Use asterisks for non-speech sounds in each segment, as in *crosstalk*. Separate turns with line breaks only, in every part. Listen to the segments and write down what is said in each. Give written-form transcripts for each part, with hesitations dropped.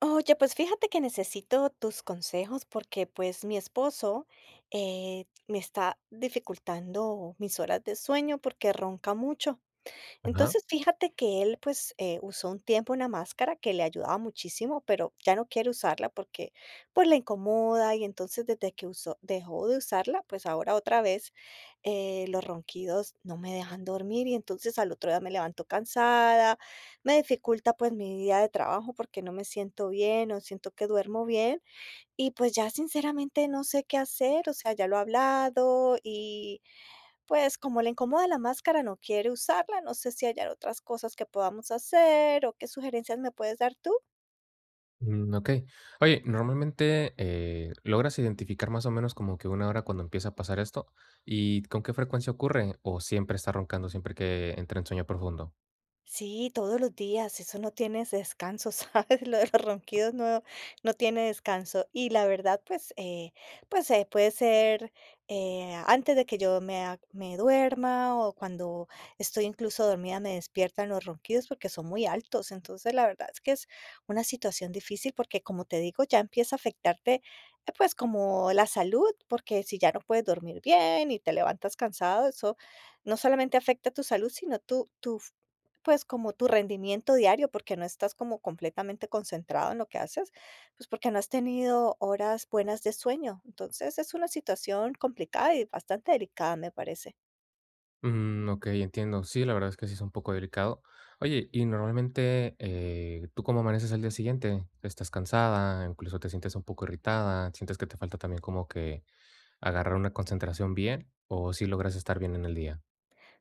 Oye, pues fíjate que necesito tus consejos porque pues mi esposo me está dificultando mis horas de sueño porque ronca mucho.
Ajá,
Entonces, fíjate que él, pues, usó un tiempo una máscara que le ayudaba muchísimo, pero ya no quiere usarla porque, pues, le incomoda y entonces desde que usó dejó de usarla, pues, ahora otra vez, los ronquidos no me dejan dormir y entonces al otro día me levanto cansada, me dificulta, pues, mi día de trabajo porque no me siento bien, no siento que duermo bien y, pues, ya sinceramente no sé qué hacer, o sea, ya lo he hablado y pues como le incomoda la máscara, no quiere usarla. No sé si hayan otras cosas que podamos hacer o qué sugerencias me puedes dar tú.
mm, okey. Oye, normalmente, ¿logras identificar más o menos como que una hora cuando empieza a pasar esto? ¿Y con qué frecuencia ocurre? ¿O siempre está roncando siempre que entra en sueño profundo?
Sí, todos los días, eso no tienes descanso, ¿sabes? *laughs* Lo de los ronquidos no, no tiene descanso. Y la verdad, pues, puede ser antes de que yo me, me duerma o cuando estoy incluso dormida me despiertan los ronquidos porque son muy altos. Entonces, la verdad es que es una situación difícil porque, como te digo, ya empieza a afectarte, pues, como la salud, porque si ya no puedes dormir bien y te levantas cansado, eso no solamente afecta tu salud, sino tu pues, como tu rendimiento diario, porque no estás como completamente concentrado en lo que haces, pues, porque no has tenido horas buenas de sueño. Entonces, es una situación complicada y bastante delicada, me parece.
Mm, okey, entiendo. Sí, la verdad es que sí es un poco delicado. Oye, y normalmente, ¿tú cómo amaneces al día siguiente? ¿Estás cansada? ¿Incluso te sientes un poco irritada? ¿Sientes que te falta también como que agarrar una concentración bien? ¿O sí logras estar bien en el día?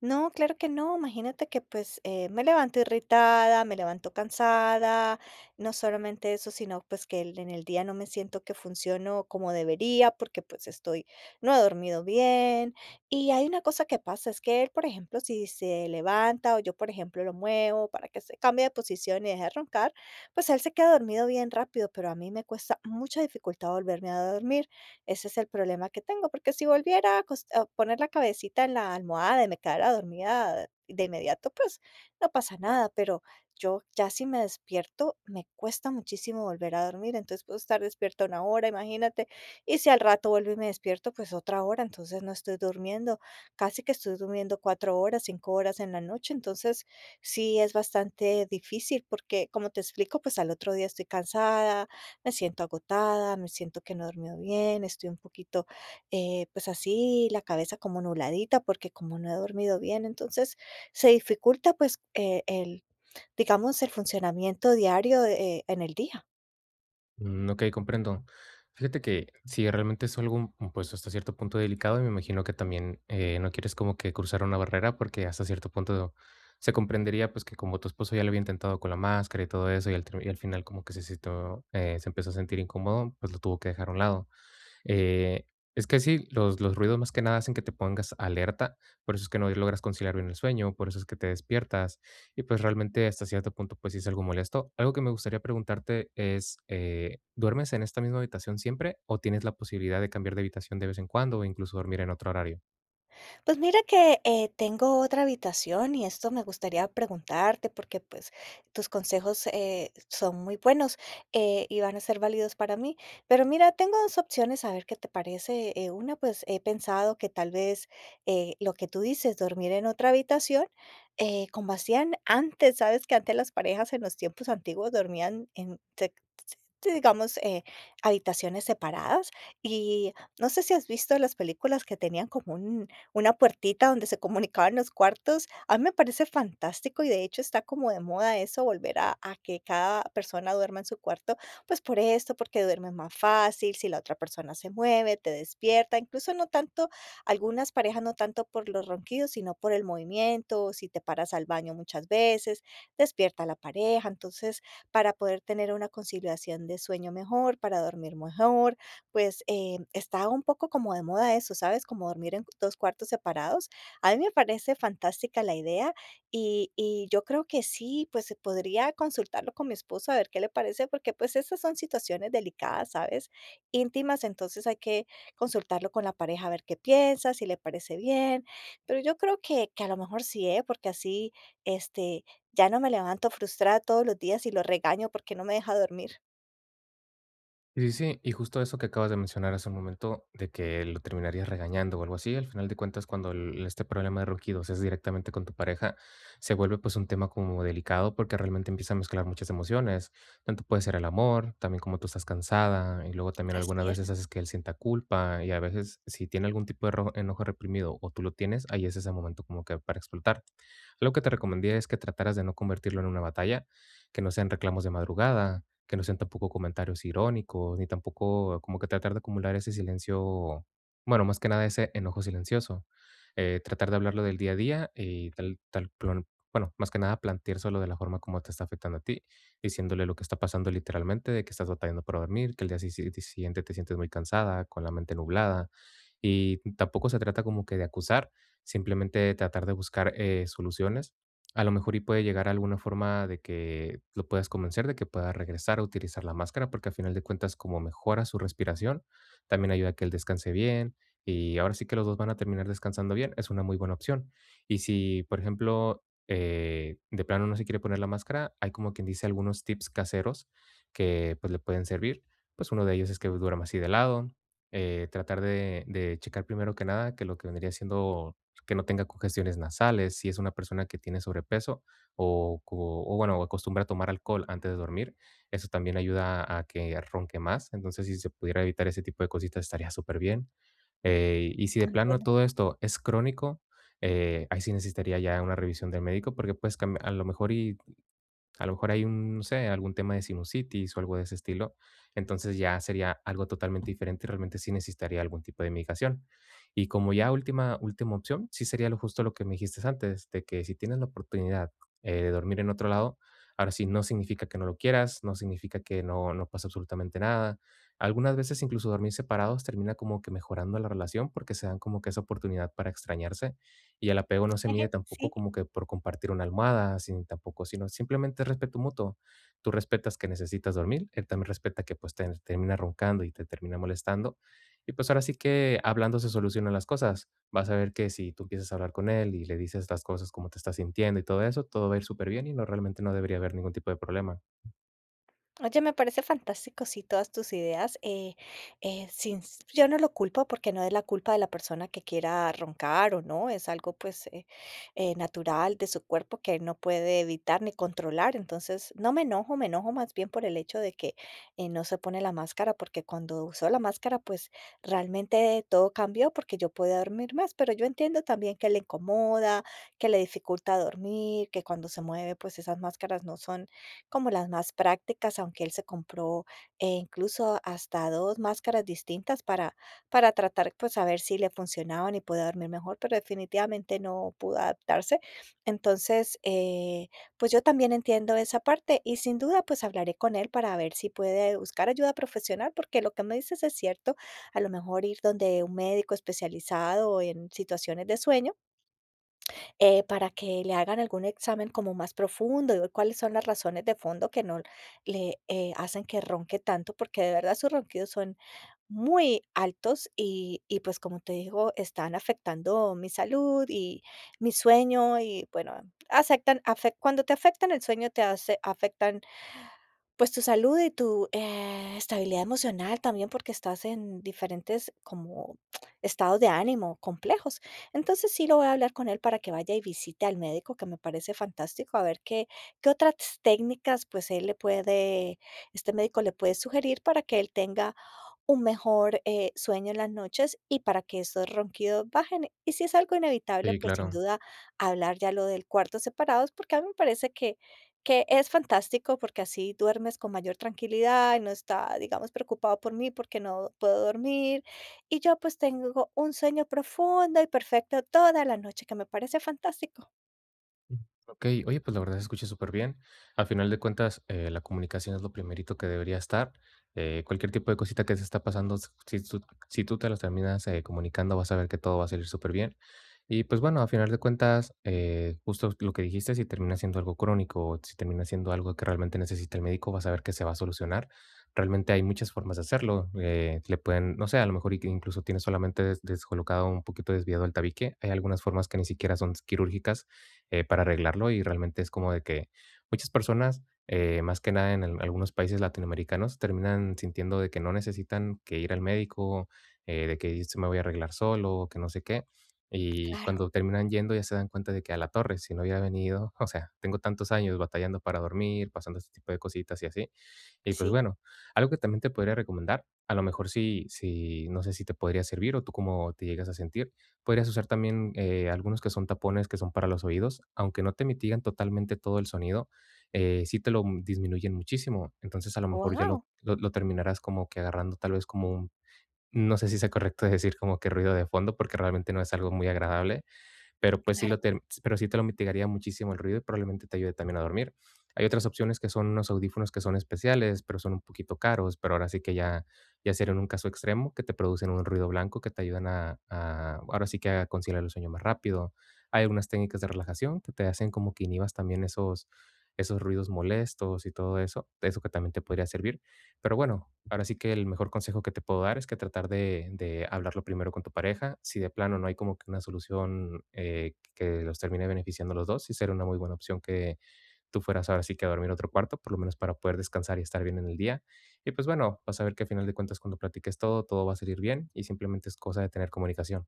No, claro que no. Imagínate que pues me levanto irritada, me levanto cansada, no solamente eso, sino pues que en el día no me siento que funciono como debería porque pues estoy, no he dormido bien. Y hay una cosa que pasa, es que él, por ejemplo, si se levanta o yo, por ejemplo, lo muevo para que se cambie de posición y deje de roncar, pues él se queda dormido bien rápido, pero a mí me cuesta mucha dificultad volverme a dormir. Ese es el problema que tengo, porque si volviera a acos a poner la cabecita en la almohada y me quedara dormida de inmediato, pues, no pasa nada, pero yo ya si me despierto, me cuesta muchísimo volver a dormir, entonces puedo estar despierta una hora, imagínate, y si al rato vuelvo y me despierto, pues otra hora, entonces no estoy durmiendo, casi que estoy durmiendo 4 horas, 5 horas en la noche, entonces sí es bastante difícil porque, como te explico, pues al otro día estoy cansada, me siento agotada, me siento que no he dormido bien, estoy un poquito, pues así, la cabeza como nubladita, porque como no he dormido bien, entonces se dificulta, pues, el, digamos, el funcionamiento diario, en el día.
Mm, okey, comprendo. Fíjate que sí, realmente es algo, mm, pues, hasta cierto punto delicado, y me imagino que también, no quieres como que cruzar una barrera, porque hasta cierto punto se comprendería, pues, que como tu esposo ya lo había intentado con la máscara y todo eso, y al termi y al final como que se sintió, se empezó a sentir incómodo, pues, lo tuvo que dejar a un lado. Eh, es que sí, los ruidos más que nada hacen que te pongas alerta, por eso es que no logras conciliar bien el sueño, por eso es que te despiertas y pues realmente hasta cierto punto pues sí es algo molesto. Algo que me gustaría preguntarte es, ¿duermes en esta misma habitación siempre o tienes la posibilidad de cambiar de habitación de vez en cuando o incluso dormir en otro horario?
Pues mira que, tengo otra habitación y esto me gustaría preguntarte porque, pues, tus consejos, son muy buenos, y van a ser válidos para mí. Pero mira, tengo 2 opciones, a ver qué te parece. Una, pues, he pensado que tal vez, lo que tú dices, dormir en otra habitación, como hacían antes, ¿sabes? Que antes las parejas en los tiempos antiguos dormían en se sí, digamos, habitaciones separadas. Y no sé si has visto las películas que tenían como una puertita donde se comunicaban los cuartos. A mí me parece fantástico y de hecho está como de moda eso, volver a que cada persona duerma en su cuarto, pues por esto, porque duermes más fácil, si la otra persona se mueve, te despierta, incluso no tanto, algunas parejas no tanto por los ronquidos, sino por el movimiento, si te paras al baño muchas veces, despierta a la pareja. Entonces, para poder tener una conciliación de sueño mejor, para dormir mejor, pues, está un poco como de moda eso, ¿sabes? Como dormir en 2 cuartos separados. A mí me parece fantástica la idea y yo creo que sí, pues, se podría consultarlo con mi esposo a ver qué le parece, porque, pues, estas son situaciones delicadas, ¿sabes? Íntimas, entonces hay que consultarlo con la pareja a ver qué piensa, si le parece bien, pero yo creo que a lo mejor sí, ¿eh? Porque así, este, ya no me levanto frustrada todos los días y lo regaño porque no me deja dormir.
Sí, sí, sí, y justo eso que acabas de mencionar hace un momento, de que lo terminarías regañando o algo así, al final de cuentas, cuando este problema de ronquidos es directamente con tu pareja, se vuelve pues un tema como delicado porque realmente empieza a mezclar muchas emociones, tanto puede ser el amor, también como tú estás cansada, y luego también algunas
Así es,
veces haces que él sienta culpa, y a veces si tiene algún tipo de enojo reprimido o tú lo tienes, ahí es ese momento como que para explotar. Algo que te recomendaría es que trataras de no convertirlo en una batalla, que no sean reclamos de madrugada, que no sean tampoco comentarios irónicos, ni tampoco como que tratar de acumular ese silencio, bueno, más que nada ese enojo silencioso. Tratar de hablarlo del día a día y tal, tal, bueno, más que nada planteárselo de la forma como te está afectando a ti, diciéndole lo que está pasando literalmente, de que estás batallando para dormir, que el día si siguiente te sientes muy cansada, con la mente nublada. Y tampoco se trata como que de acusar, simplemente tratar de buscar soluciones a lo mejor y puede llegar a alguna forma de que lo puedas convencer de que pueda regresar a utilizar la máscara, porque al final de cuentas, como mejora su respiración, también ayuda a que él descanse bien. Y ahora sí que los dos van a terminar descansando bien, es una muy buena opción. Y si, por ejemplo, de plano no se quiere poner la máscara, hay como quien dice algunos tips caseros que pues le pueden servir. Pues uno de ellos es que duerma así de lado, tratar de checar primero que nada que lo que vendría siendo que no tenga congestiones nasales, si es una persona que tiene sobrepeso o, o bueno, o acostumbra a tomar alcohol antes de dormir, eso también ayuda a que ronque más. Entonces, si se pudiera evitar ese tipo de cositas, estaría súper bien. Y si de plano
entiendo.
todo esto es crónico, ahí sí necesitaría ya una revisión del médico porque pues a lo mejor y a lo mejor hay un, no sé, algún tema de sinusitis o algo de ese estilo, entonces ya sería algo totalmente diferente y realmente sí necesitaría algún tipo de medicación. Y como ya última opción, sí sería lo justo lo que me dijiste antes, de que si tienes la oportunidad, de dormir en otro lado, ahora sí, no significa que no lo quieras, no significa que no pasa absolutamente nada. Algunas veces incluso dormir separados termina como que mejorando la relación porque se dan como que esa oportunidad para extrañarse y el apego no se mide tampoco
*laughs* Sí.
como que por compartir una almohada, sin tampoco, sino simplemente es respeto mutuo. Tú respetas que necesitas dormir, él también respeta que pues te termina roncando y te termina molestando. Y pues ahora sí que hablando se solucionan las cosas. Vas a ver que si tú empiezas a hablar con él y le dices las cosas, cómo te estás sintiendo y todo eso, todo va a ir súper bien y realmente no debería haber ningún tipo de problema.
Oye, me parece fantástico, sí, todas tus ideas. Sin, s- Yo no lo culpo porque no es la culpa de la persona que quiera roncar o no, es algo pues natural de su cuerpo que no puede evitar ni controlar. Entonces, no me enojo, me enojo más bien por el hecho de que no se pone la máscara, porque cuando usó la máscara, pues realmente todo cambió porque yo podía dormir más, pero yo entiendo también que le incomoda, que le dificulta dormir, que cuando se mueve, pues esas máscaras no son como las más prácticas, aunque él se compró, incluso hasta 2 máscaras distintas para tratar, pues, a ver si le funcionaban y podía dormir mejor, pero definitivamente no pudo adaptarse. Entonces, pues, yo también entiendo esa parte y sin duda, pues, hablaré con él para ver si puede buscar ayuda profesional, porque lo que me dices es cierto, a lo mejor ir donde un médico especializado en situaciones de sueño para que le hagan algún examen como más profundo y ver cuáles son las razones de fondo que no le hacen que ronque tanto, porque de verdad sus ronquidos son muy altos y pues como te digo, están afectando mi salud y mi sueño y bueno, cuando te afectan el sueño te hace, afectan pues tu salud y tu, estabilidad emocional también, porque estás en diferentes como estados de ánimo complejos. Entonces, sí lo voy a hablar con él para que vaya y visite al médico, que me parece fantástico, a ver qué otras técnicas, pues, él le puede este médico le puede sugerir para que él tenga un mejor, sueño en las noches y para que estos ronquidos bajen. Y si es algo inevitable,
Sí,
pues sin
claro.
duda hablar ya lo del cuarto separados, porque a mí me parece que es fantástico, porque así duermes con mayor tranquilidad y no está, digamos, preocupado por mí porque no puedo dormir. Y yo, pues, tengo un sueño profundo y perfecto toda la noche, que me parece fantástico.
Mm, ok, oye, pues la verdad se escucha súper bien. Al final de cuentas, la comunicación es lo primerito que debería estar. Cualquier tipo de cosita que se está pasando, si tú te las terminas comunicando, vas a ver que todo va a salir súper bien. Y pues bueno, al final de cuentas, justo lo que dijiste, si termina siendo algo crónico, o si termina siendo algo que realmente necesita el médico, vas a ver que se va a solucionar. Realmente hay muchas formas de hacerlo. Eh, le pueden, no sé, a lo mejor y que incluso tienes solamente descolocado un poquito desviado el tabique. Hay algunas formas que ni siquiera son quirúrgicas para arreglarlo y realmente es como de que muchas personas, más que nada en algunos países latinoamericanos, terminan sintiendo de que no necesitan que ir al médico, de que se me voy a arreglar solo, que no sé qué. Y
Claro,
cuando terminan yendo ya se dan cuenta de que a la torre, si no hubiera venido, *laughs* o sea, tengo tantos años batallando para dormir, pasando este tipo de cositas y así. Y pues
sí,
bueno, algo que también te podría recomendar, a lo mejor si no sé si te podría servir o tú cómo te llegas a sentir, podrías usar también, algunos que son tapones que son para los oídos, aunque no te mitigan totalmente todo el sonido, sí te lo disminuyen muchísimo. Entonces, a lo mejor ya lo
wow,
lo lo terminarás como que agarrando tal vez como un, no sé si sea correcto *laughs* decir como que ruido de fondo, porque realmente no es algo muy agradable, pero pues sí,
claro.
pero sí te lo mitigaría muchísimo el ruido y probablemente te ayude también a dormir. Hay otras opciones que son unos audífonos que son especiales, pero son un poquito caros, pero ahora sí que ya, ya sería en un caso extremo que te producen un ruido blanco que te ayudan ahora sí que a conciliar el sueño más rápido. Hay algunas técnicas de relajación que te hacen como que inhibas también esos ruidos molestos y todo eso, eso que también te podría servir. Pero bueno, ahora sí que el mejor consejo que te puedo dar es que tratar de hablarlo primero con tu pareja. Si de plano no hay como que una solución, que los termine beneficiando a los dos, sí sería una muy buena opción que tú fueras ahora sí que a dormir a otro cuarto, por lo menos para poder descansar y estar bien en el día. Y pues bueno, vas a ver que al final de cuentas cuando platiques todo, todo va a salir bien y simplemente es cosa de tener comunicación.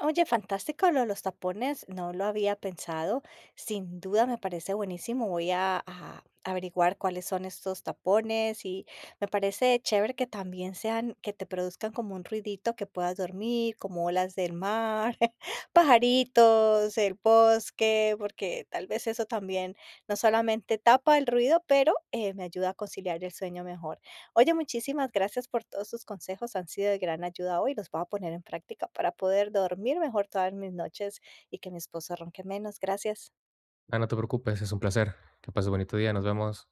Oye, fantástico lo de los tapones, no lo había pensado. Sin duda me parece buenísimo. Voy a averiguar cuáles son estos tapones y me parece chévere que también sean, que te produzcan como un ruidito que puedas dormir, como olas del mar, *laughs* pajaritos, el bosque, porque tal vez eso también no solamente tapa el ruido, pero me ayuda a conciliar el sueño mejor. Oye, muchísimas gracias por todos tus consejos, han sido de gran ayuda hoy, los voy a poner en práctica para poder dormir mejor todas mis noches y que mi esposo ronque menos. Gracias.
Ah, no te preocupes, es un placer. Que pases bonito día, nos vemos.